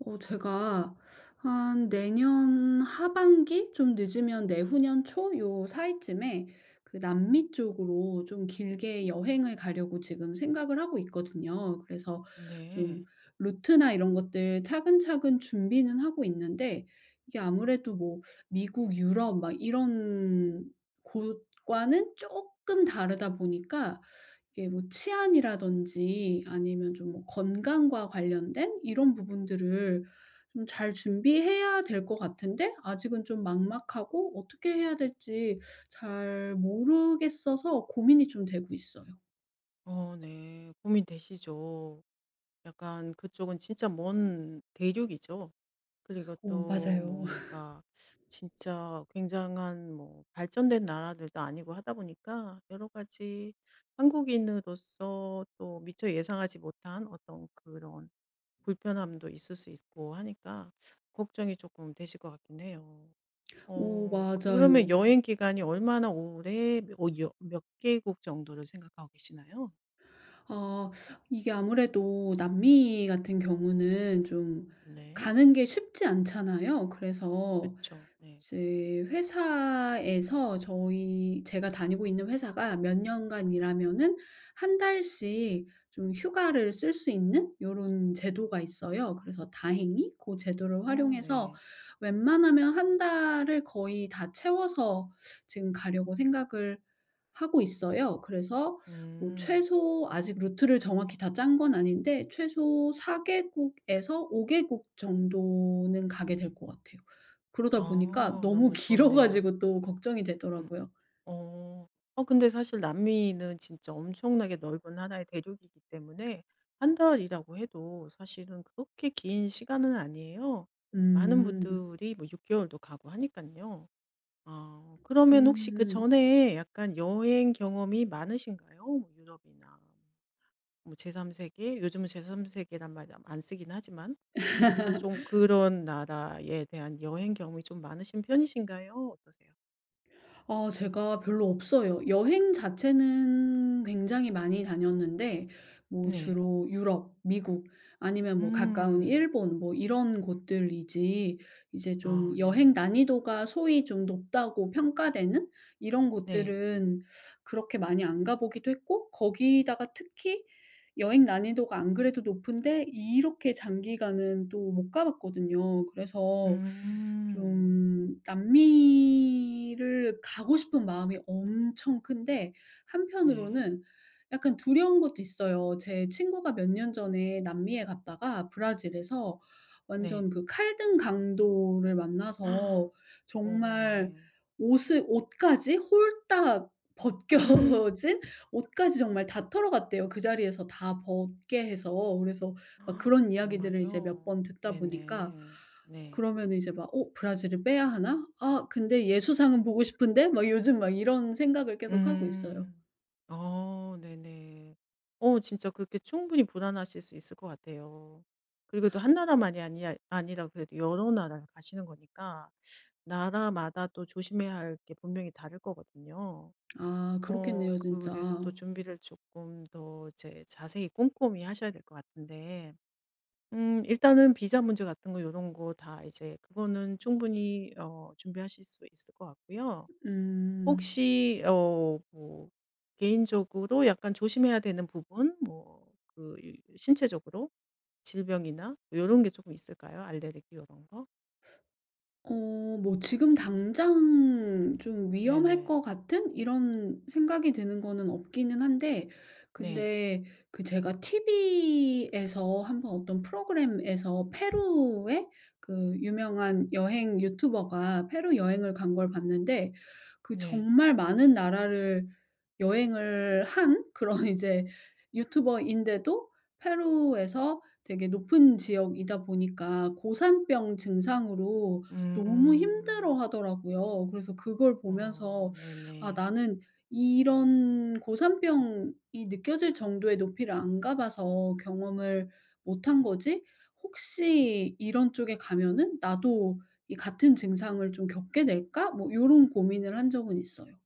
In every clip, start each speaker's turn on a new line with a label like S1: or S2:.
S1: 제가 한 내년 하반기 좀 늦으면 내후년 초 요 사이쯤에 그 남미 쪽으로 좀 길게 여행을 가려고 지금 생각을 하고 있거든요. 그래서 좀
S2: 네.
S1: 루트나 이런 것들 차근차근 준비는 하고 있는데 이게 아무래도 뭐 미국, 유럽 막 이런 곳과는 조금 다르다 보니까 이게 뭐 치안이라든지 아니면 좀 뭐 건강과 관련된 이런 부분들을 좀 잘 준비해야 될 것 같은데 아직은 좀 막막하고 어떻게 해야 될지 잘 모르겠어서 고민이 좀 되고 있어요.
S2: 어 네. 고민되시죠. 약간 그쪽은 진짜 먼 대륙이죠. 그리고
S1: 오,
S2: 또
S1: 맞아요.
S2: 뭔가 진짜 굉장한 뭐 발전된 나라들도 아니고 하다 보니까 여러 가지 한국인으로서 또 미처 예상하지 못한 어떤 그런 불편함도 있을 수 있고 하니까 걱정이 조금 되실 것 같긴 해요.
S1: 오,
S2: 어 그러면
S1: 맞아요.
S2: 여행 기간이 얼마나 오래 어 여 몇 개국 정도를 생각하고 계시나요?
S1: 어 이게 아무래도 남미 같은 경우는 좀
S2: 네.
S1: 가는 게 쉽지 않잖아요. 그래서
S2: 그쵸. 네.
S1: 이제 회사에서 저희 제가 다니고 있는 회사가 몇 년간 일하면은 한 달씩 좀 휴가를 쓸 수 있는 이런 제도가 있어요. 그래서 다행히 그 제도를
S2: 어
S1: 활용해서
S2: 네.
S1: 웬만하면 한 달을 거의 다 채워서 지금 가려고 생각을 하고 있어요. 그래서 뭐
S2: 음.
S1: 최소, 아직 루트를 정확히 다 짠 건 아닌데 최소 4 개국에서 5 개국 정도는 가게 될 것 같아요. 그러다 보니까
S2: 아
S1: 너무
S2: 너무
S1: 길어
S2: 좋네요.
S1: 가지고 또 걱정이
S2: 음.
S1: 되더라고요.
S2: 어. 어 근데 사실 남미는 진짜 엄청나게 넓은 하나의 대륙이기 때문에 한 달이라고 해도 사실은 그렇게 긴 시간은 아니에요. 많은
S1: 음.
S2: 분들이 뭐 6 개월도 가고 하니깐요. 아 그러면 혹시
S1: 음.
S2: 그전에 약간 여행 경험이 많으신가요? 뭐 유럽이나 뭐 제3 세계? 요즘은 제3 세계란 말 안 쓰긴 하지만. 약간 좀 그런 나라에 대한 여행 경험이 좀 많으신 편이신가요? 어떠세요?
S1: 아, 제가 별로 없어요. 여행 자체는 굉장히 많이 다녔는데 뭐
S2: 네.
S1: 주로 유럽, 미국 아니면 뭐 가까운
S2: 음.
S1: 일본 뭐 이런 곳들이지 이제
S2: 아
S1: 좀 여행
S2: 네.
S1: 난이도가 소위 좀 높다고 평가되는 이런
S2: 네.
S1: 곳들은 그렇게 많이 안 가보기도 했고, 거기다가 특히 여행 난이도가 안 그래도 높은데 이렇게 장기간은 또 못 가봤거든요. 그래서
S2: 음.
S1: 좀 남미를 가고 싶은 마음이 엄청 큰데
S2: 네.
S1: 한편으로는 약간 두려운 것도 있어요. 제 친구가 몇 년 전에 남미에 갔다가 브라질에서
S2: 네.
S1: 완전 그 칼등 강도를 만나서
S2: 어
S1: 정말
S2: 네.
S1: 옷을, 옷까지 홀딱 벗겨진, 옷까지 정말 다 털어갔대요. 그 자리에서 다 벗게 해서. 그래서 막
S2: 아,
S1: 그런 이야기들을 이제 몇
S2: 정말요?
S1: 번 듣다 보니까
S2: 네네. 네.
S1: 그러면은 이제 막 '어, 브라질을 빼야 하나? 아 근데 예수상은 보고 싶은데?' 막 요즘 막 이런 생각을 계속하고 있어요.
S2: 음. 어 네네. 어 진짜 그렇게 충분히 불안하실 수 있을 것 같아요. 그리고 또 한 나라만이 아니야 아니라 그래도 여러 나라를 가시는 거니까 나라마다 또 조심해야 할 게 분명히 다를 거거든요.
S1: 아,
S2: 어
S1: 그렇겠네요, 진짜.
S2: 그래서 또 준비를 조금 더 이제 자세히 꼼꼼히 하셔야 될 것 같은데 일단은 비자 문제 같은 거 이런 거 다 이제 그거는 충분히 어 준비하실 수 있을 것 같고요.
S1: 음.
S2: 혹시 어 뭐 개인적으로 약간 조심해야 되는 부분 뭐 그 신체적으로 질병이나 뭐 요런 게 조금 있을까요? 알레르기 요런 거?
S1: 뭐 지금 당장 좀 위험할
S2: 네네.
S1: 것 같은 이런 생각이 드는 거는 없기는 한데,
S2: 네.
S1: 근데 그 제가 TV에서 한번 어떤 프로그램에서 페루에, 그 유명한 여행 유튜버가 페루 여행을 간 걸 봤는데, 그
S2: 네.
S1: 정말 많은 나라를 여행을 한 그런 이제 유튜버인데도 페루에서 되게 높은 지역이다 보니까 고산병 증상으로 너무 힘들어
S2: 음.
S1: 하더라고요. 그래서 그걸 보면서
S2: 어
S1: '아,
S2: 네네.
S1: 나는 이런 고산병이 느껴질 정도의 높이를 안 가 봐서 경험을 못한 거지? 혹시 이런 쪽에 가면은 나도 이 같은 증상을 좀 겪게 될까?' 뭐 요런 고민을 한 적은 있어요.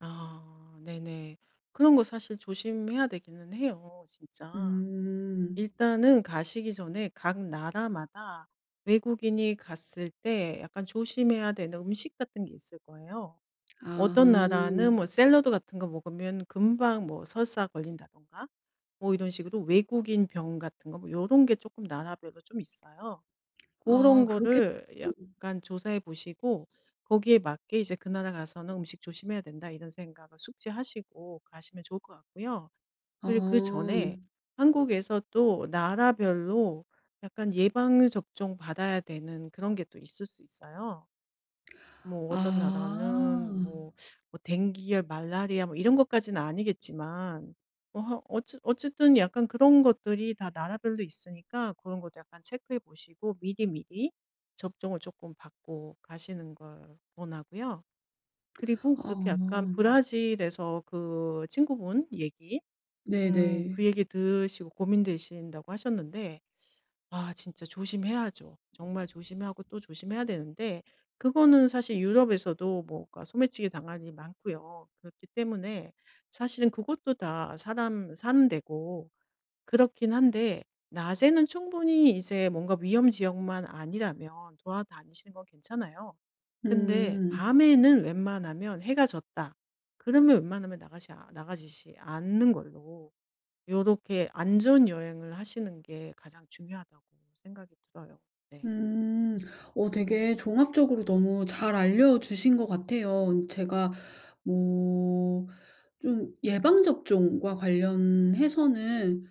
S2: 아 네네. 그런 거 사실 조심해야 되기는 해요 진짜.
S1: 음.
S2: 일단은 가시기 전에 각 나라마다 외국인이 갔을 때 약간 조심해야 되는 음식 같은 게 있을 거예요.
S1: 아.
S2: 어떤 나라는 뭐 샐러드 같은 거 먹으면 금방 뭐 설사 걸린다든가 뭐 이런 식으로 외국인 병 같은 거 뭐 요런 게 조금 나라별로 좀 있어요. 그
S1: 아,
S2: 런
S1: 그렇게.
S2: 거를 약간 조사해 보시고 거기에 맞게 이제 '그 나라 가서는 음식 조심해야 된다.' 이런 생각을 숙지하시고 가시면 좋을 것 같고요. 그리고
S1: 아.
S2: 그전에 한국에서 또 나라별로 약간 예방접종 받아야 되는 그런 게 또 있을 수 있어요. 뭐
S1: 아.
S2: 어떤 나라는 뭐 뭐 댕기열, 말라리아 뭐 이런 것까지는 아니겠지만 뭐 하 어찌 어쨌든 약간 그런 것들이 다 나라별로 있으니까 그런 것도 약간 체크해 보시고 미리미리 접종을 조금 받고 가시는 걸 권하고요. 그리고 그렇게 약간
S1: 아.
S2: 브라질에서 그 친구분 얘기
S1: 네네.
S2: 그 얘기 들으시고 고민되신다고 하셨는데 아 진짜 조심해야죠. 정말 조심하고 또 조심해야 되는데 그거는 사실 유럽에서도 뭐가 소매치기 당한 일이 많고요. 그렇기 때문에 사실은 그것도 다 사람 사는 데고 그렇긴 한데 낮에는 충분히 이제 뭔가 위험 지역만 아니라면 돌아다니시는 건 괜찮아요. 근데
S1: 음.
S2: 밤에는 웬만하면 해가 졌다. 그러면 웬만하면 나가시지 않는 걸로 요렇게 안전 여행을 하시는 게 가장 중요하다고 생각이 들어요. 네.
S1: 음. 되게 종합적으로 너무 잘 알려주신 것 같아요. 제가 뭐 좀 예방접종과 관련해서는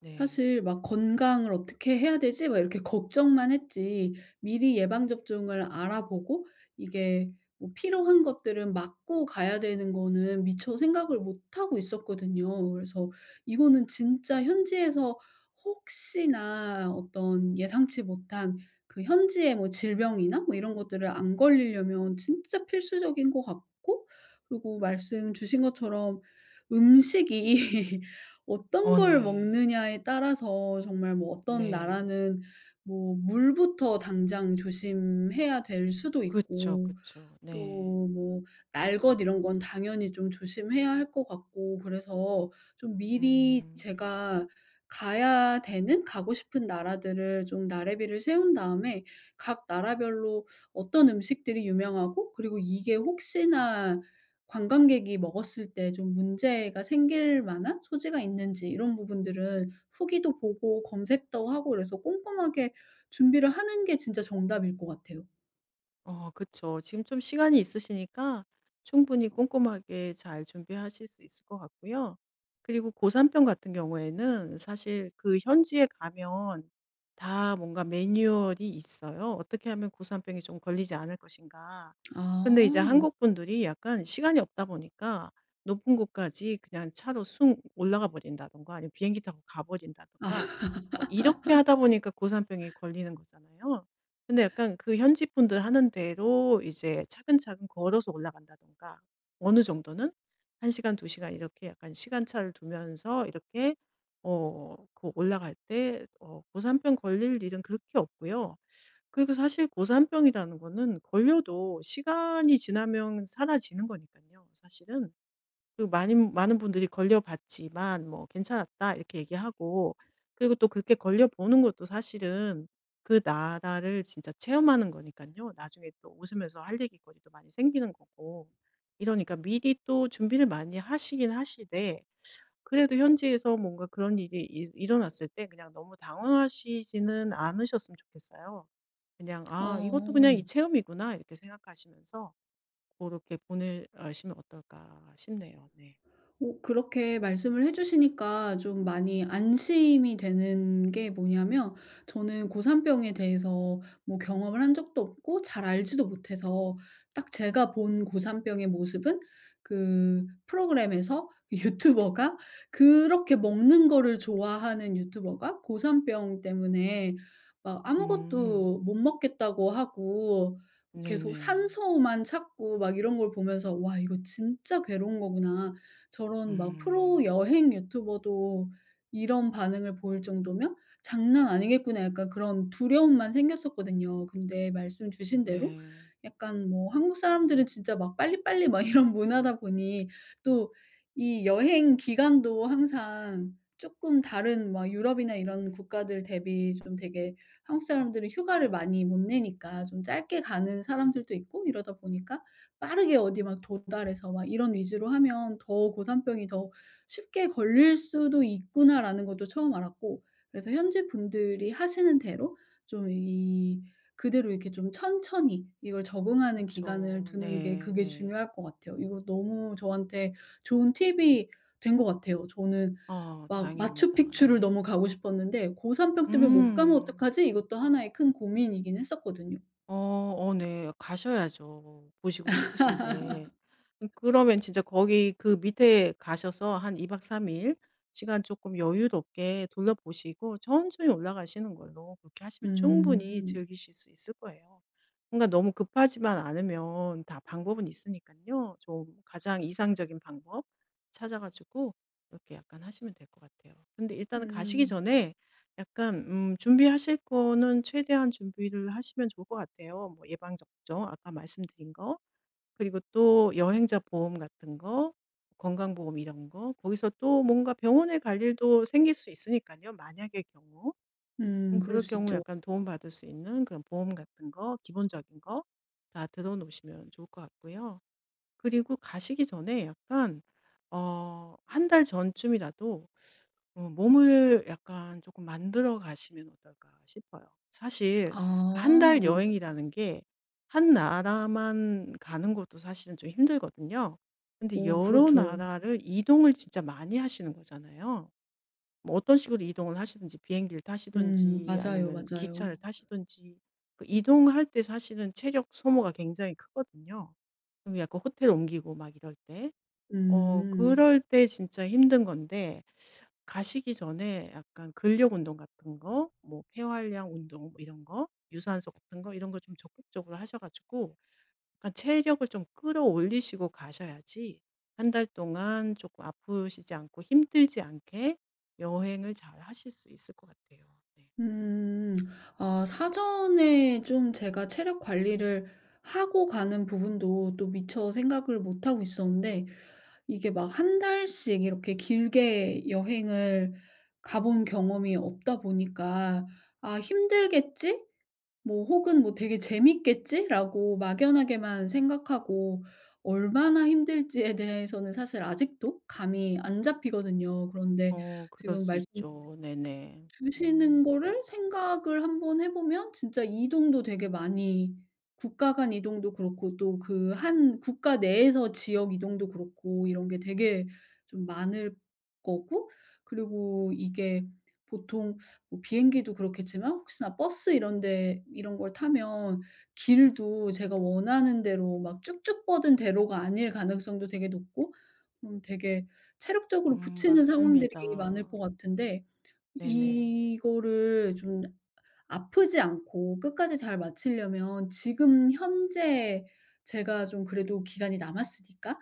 S2: 네.
S1: 사실 막 '건강을 어떻게 해야 되지?' 막 이렇게 걱정만 했지 미리 예방 접종을 알아보고 이게 뭐 필요한 것들은 맞고 가야 되는 거는 미처 생각을 못 하고 있었거든요. 그래서 이거는 진짜 현지에서 혹시나 어떤 예상치 못한 그 현지의 뭐 질병이나 뭐 이런 것들을 안 걸리려면 진짜 필수적인 것 같고, 그리고 말씀 주신 것처럼 음식이 어떤
S2: 어
S1: 걸
S2: 네.
S1: 먹느냐에 따라서 정말 뭐 어떤
S2: 네.
S1: 나라는 뭐 물부터 당장 조심해야 될 수도
S2: 그쵸,
S1: 있고
S2: 그쵸. 네.
S1: 또 뭐 날 것 이런 건 당연히 좀 조심해야 할 것 같고. 그래서 좀 미리
S2: 음.
S1: 제가 가야 되는, 가고 싶은 나라들을 좀 나래비를 세운 다음에 각 나라별로 어떤 음식들이 유명하고 그리고 이게 혹시나 관광객이 먹었을 때 좀 문제가 생길 만한 소지가 있는지 이런 부분들은 후기도 보고 검색도 하고 그래서 꼼꼼하게 준비를 하는 게 진짜 정답일 것 같아요.
S2: 어 그쵸. 지금 좀 시간이 있으시니까 충분히 꼼꼼하게 잘 준비하실 수 있을 것 같고요. 그리고 고산병 같은 경우에는 사실 그 현지에 가면 다 뭔가 매뉴얼이 있어요. 어떻게 하면 고산병이 좀 걸리지 않을 것인가. 근데 이제
S1: 아.
S2: 한국 분들이 약간 시간이 없다 보니까 높은 곳까지 그냥 차로 숭 올라가 버린다든가 아니면 비행기 타고 가 버린다든가
S1: 아.
S2: 뭐 이렇게 하다 보니까 고산병이 걸리는 거잖아요. 근데 약간 그 현지 분들 하는 대로 이제 차근차근 걸어서 올라간다든가 어느 정도는 1 시간 2 시간 이렇게 약간 시간차를 두면서 이렇게 어 그 올라갈 때 어 고산병 걸릴 일은 그렇게 없고요. 그리고 사실 고산병이라는 거는 걸려도 시간이 지나면 사라지는 거니까요 사실은. 그리고 많은 분들이 걸려봤지만 뭐 "괜찮았다." 이렇게 얘기하고 그리고 또 그렇게 걸려보는 것도 사실은 그 나라를 진짜 체험하는 거니까요 나중에 또 웃으면서 할 얘기거리도 많이 생기는 거고. 이러니까 미리 또 준비를 많이 하시긴 하시되 그래도 현지에서 뭔가 그런 일이 일 일어났을 때 그냥 너무 당황하시지는 않으셨으면 좋겠어요. 그냥 '아 이것도
S1: 어.
S2: 그냥 이 체험이구나.' 이렇게 생각하시면서 그렇게 보내시면 어떨까 싶네요. 네.
S1: 오, 그렇게 말씀을 해 주시니까 좀 많이 안심이 되는 게 뭐냐면, 저는 고산병에 대해서 뭐 경험을 한 적도 없고 잘 알지도 못해서 딱 제가 본 고산병의 모습은 그 프로그램에서 유튜버가, 그렇게 먹는 거를 좋아하는 유튜버가 고산병 때문에 막
S2: 음.
S1: 아무것도 못 먹겠다고 하고 계속
S2: 네네.
S1: 산소만 찾고 막 이런 걸 보면서 '와, 이거 진짜 괴로운 거구나.' 저런 막 프로
S2: 음.
S1: 여행 유튜버도 이런 반응을 보일 정도면 '장난 아니겠구나.' 약간 그런 두려움만 생겼었거든요. 근데 말씀 주신 대로
S2: 네.
S1: 약간 뭐 한국 사람들은 진짜 막 빨리빨리 막 이런 문화다 보니 또 이 여행 기간도 항상 쪼끔 다른 막 유럽이나 이런 국가들 대비 좀 되게, 한국 사람들은 휴가를 많이 못 내니까 좀 짧게 가는 사람들도 있고 이러다 보니까 빠르게 어디 막 도달해서 막 이런 위주로 하면 더 고산병이 더 쉽게 걸릴 수도 있구나라는 것도 처음 알았고, 그래서 현지 분들이 하시는 대로 좀 이 그대로 이렇게 좀 천천히 이걸 적응하는 기간을
S2: 그쵸.
S1: 두는 게
S2: 네
S1: 그게
S2: 네.
S1: 중요할 것 같아요. 이거 너무 저한테 좋은 팁이 된 것 같아요. 저는
S2: 어
S1: 막
S2: 다행입니다.
S1: 마추픽추를
S2: 네.
S1: 너무 가고 싶었는데 '고산병 때문에 못 가면
S2: 음.
S1: 어떡하지?' 이것도 하나의 큰 고민이긴 했었거든요.
S2: 어 어 네. 가셔야죠, 보시고 싶으신데. 그러면 진짜 거기 그 밑에 가셔서 한 2박 3일 시간 조금 여유롭게 둘러보시고 천천히 올라가시는 걸로 그렇게 하시면 충분히
S1: 음.
S2: 즐기실 수 있을 거예요. 뭔가 너무 급하지만 않으면 다 방법은 있으니까요 좀 가장 이상적인 방법 찾아 가지고 이렇게 약간 하시면 될 것 같아요. 근데 일단은 가시기
S1: 음.
S2: 전에 약간 준비하실 거는 최대한 준비를 하시면 좋을 것 같아요. 뭐 예방접종 아까 말씀드린 거 그리고 또 여행자 보험 같은 거 건강보험 이런 거 거기서 또 뭔가 병원에 갈 일도 생길 수 있으니까요 만약의 경우.
S1: 음, 그럴
S2: 그럴
S1: 수
S2: 경우
S1: 있죠.
S2: 약간 도움받을 수 있는 그런 보험 같은 거 기본적인 거 다 들어 놓으시면 좋을 것 같고요. 그리고 가시기 전에 약간 어 한 달 전쯤이라도 어 몸을 약간 조금 만들어 가시면 어떨까 싶어요. 사실 그 한달
S1: 아.
S2: 여행이라는 게 한 나라만 가는 것도 사실은 좀 힘들거든요. 근데
S1: 오,
S2: 여러
S1: 그렇죠.
S2: 나라를 이동을 진짜 많이 하시는 거잖아요. 뭐 어떤 식으로 이동을 하시든지 비행기를
S1: 음,
S2: 타시든지
S1: 맞아요,
S2: 아니면 기차를
S1: 맞아요.
S2: 타시든지 그 이동할 때 사실은 체력 소모가 굉장히 크거든요. 좀 약간 호텔 옮기고 막 이럴 때. 어
S1: 음.
S2: 그럴 때 진짜 힘든 건데 가시기 전에 약간 근력 운동 같은 거 뭐 폐활량 운동 뭐 이런 거 유산소 같은 거 이런 걸 좀 적극적으로 하셔 가지고 약간 체력을 좀 끌어올리시고 가셔야지 한 달 동안 조금 아프시지 않고 힘들지 않게 여행을 잘 하실 수 있을 것 같아요. 네.
S1: 음. 아, 사전에 좀 제가 체력 관리를 하고 가는 부분도 또 미처 생각을 못 하고 있었는데, 이게 막 한 달씩 이렇게 길게 여행을 가본 경험이 없다 보니까 '아, 힘들겠지?' 뭐 혹은 뭐 '되게 재밌겠지?'라고 막연하게만 생각하고 얼마나 힘들지에 대해서는 사실 아직도 감이 안 잡히거든요. 그런데
S2: 어 그럴
S1: 지금
S2: 수
S1: 말씀
S2: 있죠. 네네.
S1: 주시는
S2: 음.
S1: 거를 생각을 한번 해 보면 진짜 이동도 되게 많이, 국가 간 이동도 그렇고 또 그 한 국가 내에서 지역 이동도 그렇고 이런 게 되게 좀 많을 거고, 그리고 이게 보통 뭐 비행기도 그렇겠지만 혹시나 버스 이런 데 이런 걸 타면 길도 제가 원하는 대로 막 쭉쭉 뻗은 대로가 아닐 가능성도 되게 높고 되게 체력적으로 부치는 상황들이 많을 것
S2: 맞습니다.
S1: 같은데
S2: 네네.
S1: 이거를 좀 아프지 않고 끝까지 잘 마치려면 지금 현재 제가 좀 그래도 기간이 남았으니까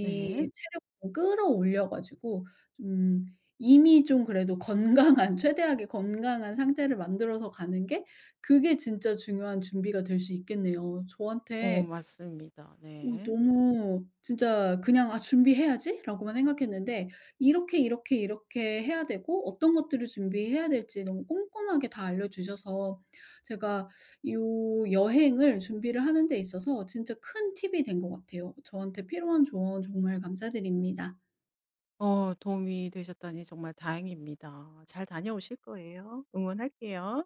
S2: 네.
S1: 체력을 좀 끌어올려 가지고 좀 이미 좀 그래도 건강한 최대하게 건강한 상태를 만들어서 가는 게 그게 진짜 중요한 준비가 될 수 있겠네요.
S2: 어
S1: 저한테.
S2: 맞습니다. 네.
S1: 너무 진짜 그냥 '아, 준비해야지.'라고만 생각했는데 이렇게, 이렇게, 이렇게 해야 되고 어떤 것들을 준비해야 될지 너무 꼼꼼하게 다 알려 주셔서 제가 요 여행을 준비를 하는 데 있어서 진짜 큰 팁이 된 것 같아요. 저한테 필요한 조언 정말 감사드립니다.
S2: 어 도움이 되셨다니 정말 다행입니다. 잘 다녀오실 거예요. 응원할게요.